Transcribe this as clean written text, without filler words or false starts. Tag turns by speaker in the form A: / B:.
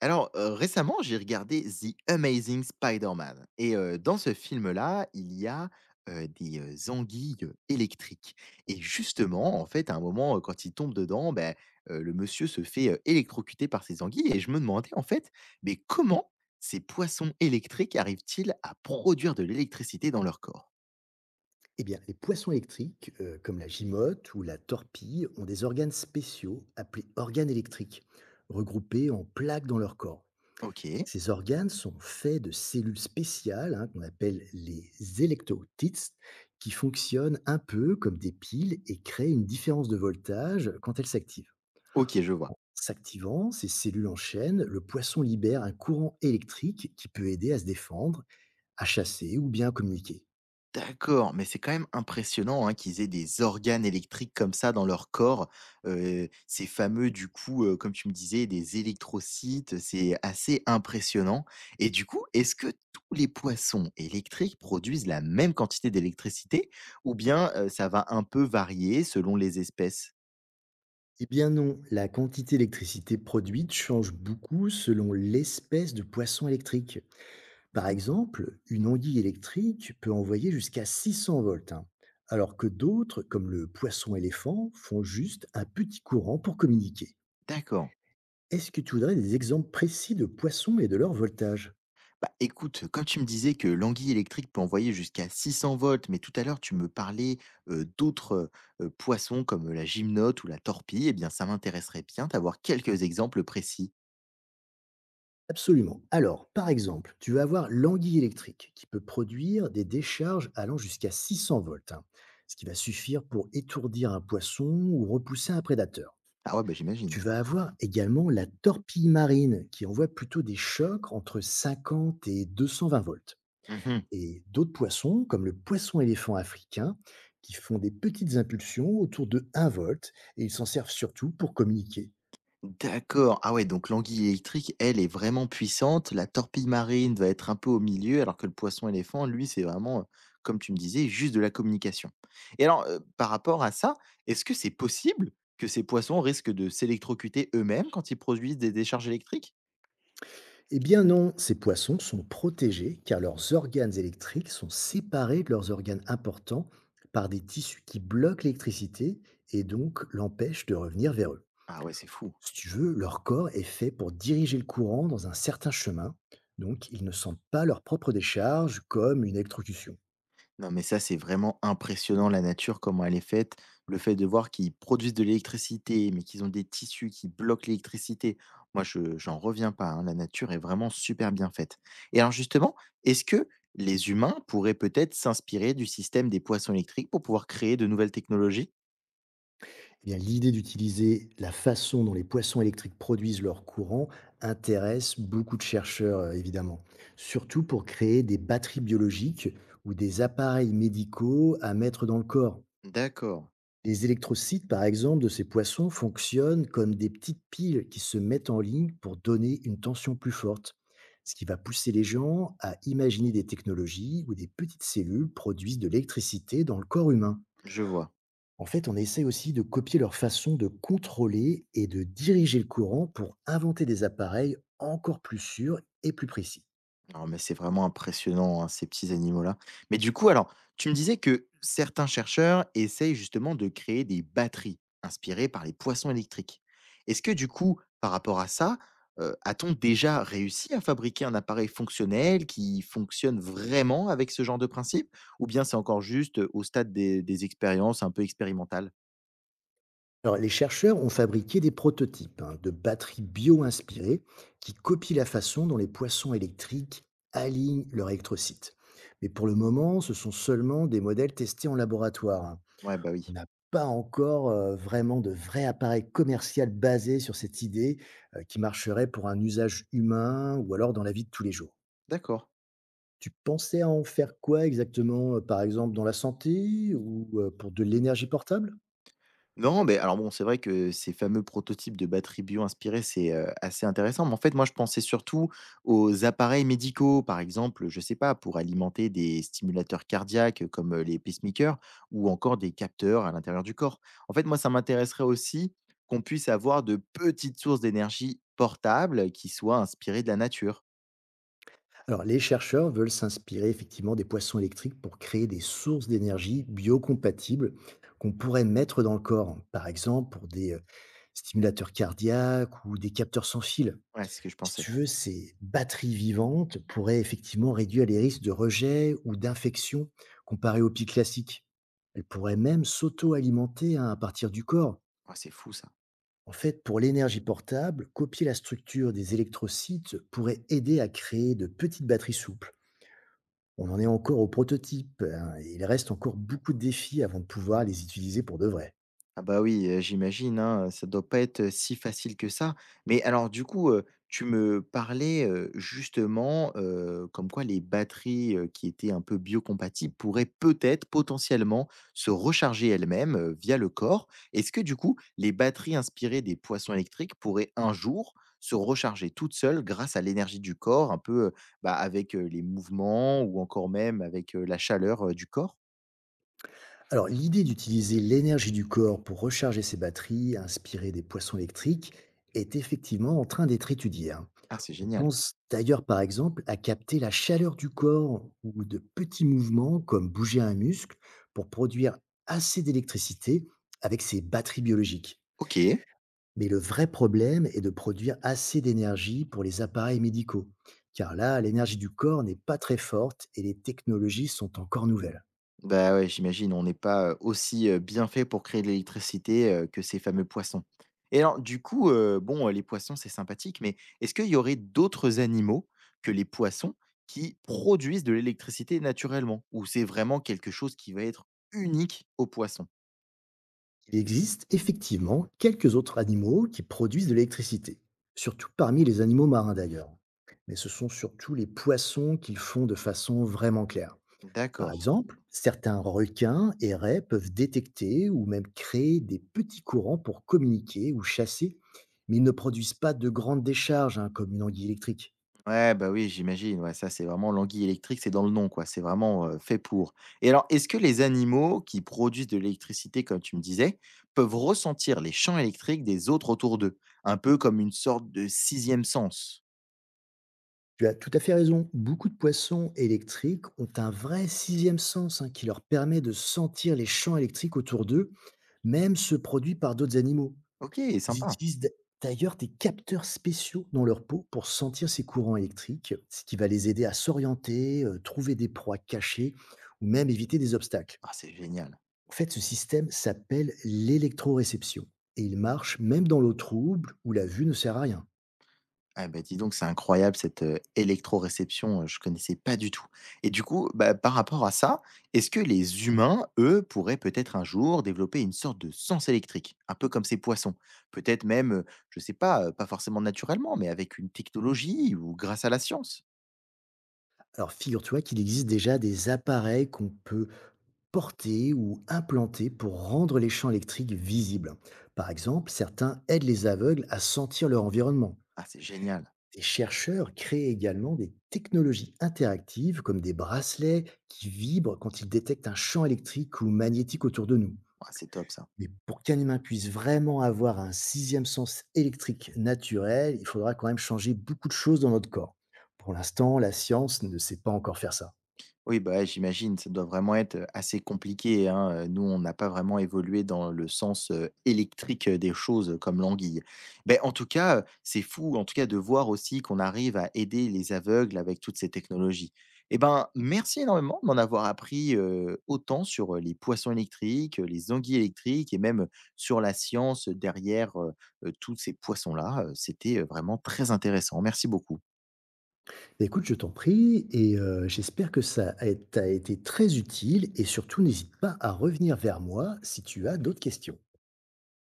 A: Alors, récemment, j'ai regardé The Amazing Spider-Man et dans ce film-là, il y a, des, anguilles, électriques et justement, en fait, à un moment, quand il tombe dedans, ben le monsieur se fait, électrocuter par ces anguilles et je me demandais, en fait, mais comment ces poissons électriques arrivent-ils à produire de l'électricité dans leur corps?
B: Eh bien, les poissons électriques, comme la gimote ou la torpille, ont des organes spéciaux appelés organes électriques, regroupés en plaques dans leur corps.
A: OK.
B: Ces organes sont faits de cellules spéciales, hein, qu'on appelle les électrotites, qui fonctionnent un peu comme des piles et créent une différence de voltage quand elles s'activent.
A: OK, je vois.
B: S'activant, ces cellules enchaînent, le poisson libère un courant électrique qui peut aider à se défendre, à chasser ou bien à communiquer.
A: D'accord, mais c'est quand même impressionnant, hein, qu'ils aient des organes électriques comme ça dans leur corps. Ces fameux, du coup, comme tu me disais, des électrocytes, c'est assez impressionnant et du coup, est-ce que tous les poissons électriques produisent la même quantité d'électricité ou bien, ça va un peu varier selon les espèces?
B: Eh bien non, la quantité d'électricité produite change beaucoup selon l'espèce de poisson électrique. Par
A: Mmh.
B: exemple, une anguille électrique peut envoyer jusqu'à 600 volts, hein, alors que d'autres, comme le poisson éléphant, font juste un petit courant pour communiquer.
A: D'accord.
B: Est-ce que tu voudrais des exemples précis de poissons et de leur voltage?
A: Bah, écoute, comme tu me disais que l'anguille électrique peut envoyer jusqu'à 600 volts, mais tout à l'heure tu me parlais d'autres poissons comme la gymnote ou la torpille, eh bien ça m'intéresserait bien d'avoir quelques exemples précis.
B: Absolument. Alors, par exemple, tu vas avoir l'anguille électrique qui peut produire des décharges allant jusqu'à 600 volts, hein, ce qui va suffire pour étourdir un poisson ou repousser un prédateur.
A: Ah ouais, bah
B: Tu
A: j'imagine.
B: vas avoir également la torpille marine qui envoie plutôt des chocs entre 50 et 220 volts.
A: Mhm.
B: Et d'autres poissons, comme le poisson-éléphant africain, qui font des petites impulsions autour de 1 volt et ils s'en servent surtout pour communiquer.
A: D'accord. Ah ouais, donc l'anguille électrique, elle, est vraiment puissante. La torpille marine va être un peu au milieu, alors que le poisson-éléphant, lui, c'est vraiment, comme tu me disais, juste de la communication. Et alors, par rapport à ça, est-ce que c'est possible que ces poissons risquent de s'électrocuter eux-mêmes quand ils produisent des décharges électriques?
B: Eh bien non, ces poissons sont protégés car leurs organes électriques sont séparés de leurs organes importants par des tissus qui bloquent l'électricité et donc l'empêchent de revenir vers eux.
A: Ah ouais, c'est fou.
B: Si tu veux, leur corps est fait pour diriger le courant dans un certain chemin, donc ils ne sentent pas leur propre décharge comme une électrocution.
A: Non, mais ça, c'est vraiment impressionnant la nature, comment elle est faite. Le fait de voir qu'ils produisent de l'électricité, mais qu'ils ont des tissus qui bloquent l'électricité. Moi, je j'en reviens pas, hein. La nature est vraiment super bien faite. Et alors justement, est-ce que les humains pourraient peut-être s'inspirer du système des poissons électriques pour pouvoir créer de nouvelles technologies?
B: Eh bien, l'idée d'utiliser la façon dont les poissons électriques produisent leur courant intéresse beaucoup de chercheurs, évidemment. Surtout pour créer des batteries biologiques ou des appareils médicaux à mettre dans le corps.
A: D'accord,
B: Les électrocytes, par exemple, de ces poissons fonctionnent comme des petites piles qui se mettent en ligne pour donner une tension plus forte, ce qui va pousser les gens à imaginer des technologies où des petites cellules produisent de l'électricité dans le corps humain.
A: je vois.
B: En fait, on essaie aussi de copier leur façon de contrôler et de diriger le courant pour inventer des appareils encore plus sûrs et plus précis.
A: Alors, mais c'est vraiment impressionnant, hein, ces petits animaux-là. Mais du coup, alors, tu me disais que certains chercheurs essayent justement de créer des batteries inspirées par les poissons électriques. Est-ce que du coup, par rapport à ça, a-t-on déjà réussi à fabriquer un appareil fonctionnel qui fonctionne vraiment avec ce genre de principe? Ou bien c'est encore juste au stade des expériences un peu expérimentales?
B: Alors, les chercheurs ont fabriqué des prototypes, hein, de batteries bio-inspirées qui copient la façon dont les poissons électriques alignent leur électrocyte. Mais pour le moment, ce sont seulement des modèles testés en laboratoire, hein.
A: Ouais, bah oui.
B: On n'a pas encore vraiment de vrai appareil commercial basé sur cette idée qui marcherait pour un usage humain ou alors dans la vie de tous les jours.
A: D'accord.
B: Tu pensais à en faire quoi exactement? Par exemple dans la santé ou, pour de l'énergie portable?
A: Non, mais alors bon, c'est vrai que ces fameux prototypes de batteries bio-inspirées, c'est, assez intéressant. Mais en fait, moi, je pensais surtout aux appareils médicaux, par exemple, je sais pas, pour alimenter des stimulateurs cardiaques comme, les pacemakers ou encore des capteurs à l'intérieur du corps. En fait, moi, ça m'intéresserait aussi qu'on puisse avoir de petites sources d'énergie portables qui soient inspirées de la nature.
B: Alors les chercheurs veulent s'inspirer effectivement des poissons électriques pour créer des sources d'énergie biocompatibles qu'on pourrait mettre dans le corps, par exemple pour des, stimulateurs cardiaques ou des capteurs sans fil.
A: Ouais, c'est ce que je
B: Si
A: pensais.
B: tu veux, ces batteries vivantes pourraient effectivement réduire les risques de rejet ou d'infection comparés aux piles classiques. Elles pourraient même s'auto-alimenter, hein, à partir du corps.
A: Ouais, c'est fou ça.
B: En fait, pour l'énergie portable, copier la structure des électrocytes pourrait aider à créer de petites batteries souples. On en est encore au prototype, hein, et il reste encore beaucoup de défis avant de pouvoir les utiliser pour de vrai.
A: Ah bah oui, j'imagine, hein, ça doit pas être, si facile que ça. Mais alors du coup, tu me parlais, justement, comme quoi les batteries, qui étaient un peu biocompatibles pourraient peut-être, potentiellement, se recharger elles-mêmes, via le corps. Est-ce que du coup, les batteries inspirées des poissons électriques pourraient un jour se recharger toutes seules grâce à l'énergie du corps, un peu, bah, avec, les mouvements ou encore même avec, la chaleur, du corps?
B: Alors, l'idée d'utiliser l'énergie du corps pour recharger ses batteries, inspirée des poissons électriques, est effectivement en train d'être étudiée, hein.
A: Ah, c'est
B: On
A: génial.
B: pense d'ailleurs par exemple à capter la chaleur du corps ou de petits mouvements comme bouger un muscle pour produire assez d'électricité avec ces batteries biologiques.
A: OK.
B: Mais le vrai problème est de produire assez d'énergie pour les appareils médicaux, car là, l'énergie du corps n'est pas très forte et les technologies sont encore nouvelles.
A: Bah, ouais, j'imagine, on n'est pas, aussi, bien fait pour créer de l'électricité, que ces fameux poissons. Et alors du coup, bon, les poissons, c'est sympathique, mais est-ce qu'il y aurait d'autres animaux que les poissons qui produisent de l'électricité naturellement? Ou c'est vraiment quelque chose qui va être unique aux poissons?
B: Il existe effectivement quelques autres animaux qui produisent de l'électricité, surtout parmi les animaux marins d'ailleurs. Mais ce sont surtout les poissons qui le font de façon vraiment claire. Par
A: D'accord.
B: exemple, certains requins et raies peuvent détecter ou même créer des petits courants pour communiquer ou chasser, mais ils ne produisent pas de grandes décharges, hein, comme une anguille électrique.
A: Ouais, bah, oui, j'imagine, ouais, ça, c'est vraiment l'anguille électrique, c'est dans le nom, quoi, c'est vraiment, fait pour. Et alors, est-ce que les animaux qui produisent de l'électricité, comme tu me disais, peuvent ressentir les champs électriques des autres autour d'eux? Un peu comme une sorte de sixième sens?
B: Tu as tout à fait raison. Beaucoup de poissons électriques ont un vrai sixième sens, hein, qui leur permet de sentir les champs électriques autour d'eux, même ceux produits par d'autres animaux.
A: OK,
B: Ils
A: sympa.
B: utilisent d'ailleurs des capteurs spéciaux dans leur peau pour sentir ces courants électriques, ce qui va les aider à s'orienter, trouver des proies cachées ou même éviter des obstacles.
A: Ah, c'est génial.
B: En fait, ce système s'appelle l'électroréception et il marche même dans l'eau trouble où la vue ne sert à rien.
A: Ah bah, dis donc, c'est incroyable cette, électroréception, je connaissais pas du tout et du coup, bah, par rapport à ça, est-ce que les humains, eux, pourraient peut-être un jour développer une sorte de sens électrique, un peu comme ces poissons? Peut-être même, je sais pas, pas forcément naturellement, mais avec une technologie ou grâce à la science?
B: Alors figure-toi qu'il existe déjà des appareils qu'on peut portés ou implantés pour rendre les champs électriques visibles. Par exemple, certains aident les aveugles à sentir leur environnement.
A: Ah, c'est génial.
B: Des chercheurs créent également des technologies interactives comme des bracelets qui vibrent quand ils détectent un champ électrique ou magnétique autour de nous.
A: Ah, c'est top ça.
B: Mais pour qu'un humain puisse vraiment avoir un sixième sens électrique naturel, il faudra quand même changer beaucoup de choses dans notre corps. Pour l'instant, la science ne sait pas encore faire ça.
A: Oui, bah, ouais, j'imagine, ça doit vraiment être, assez compliqué, hein, nous, on n'a pas vraiment évolué dans le sens, électrique, des choses, comme l'anguille. Ben en tout cas, c'est fou, en tout cas, de voir aussi qu'on arrive à aider les aveugles avec toutes ces technologies. Eh ben, merci énormément de m'en avoir appris, autant sur, les poissons électriques, les anguilles électriques et même, sur la science, derrière, tous ces poissons-là, c'était, vraiment très intéressant. Merci beaucoup.
B: Bah, écoute, je t'en prie et j'espère que ça a t'a été très utile et surtout n'hésite pas à revenir vers moi si tu as d'autres questions.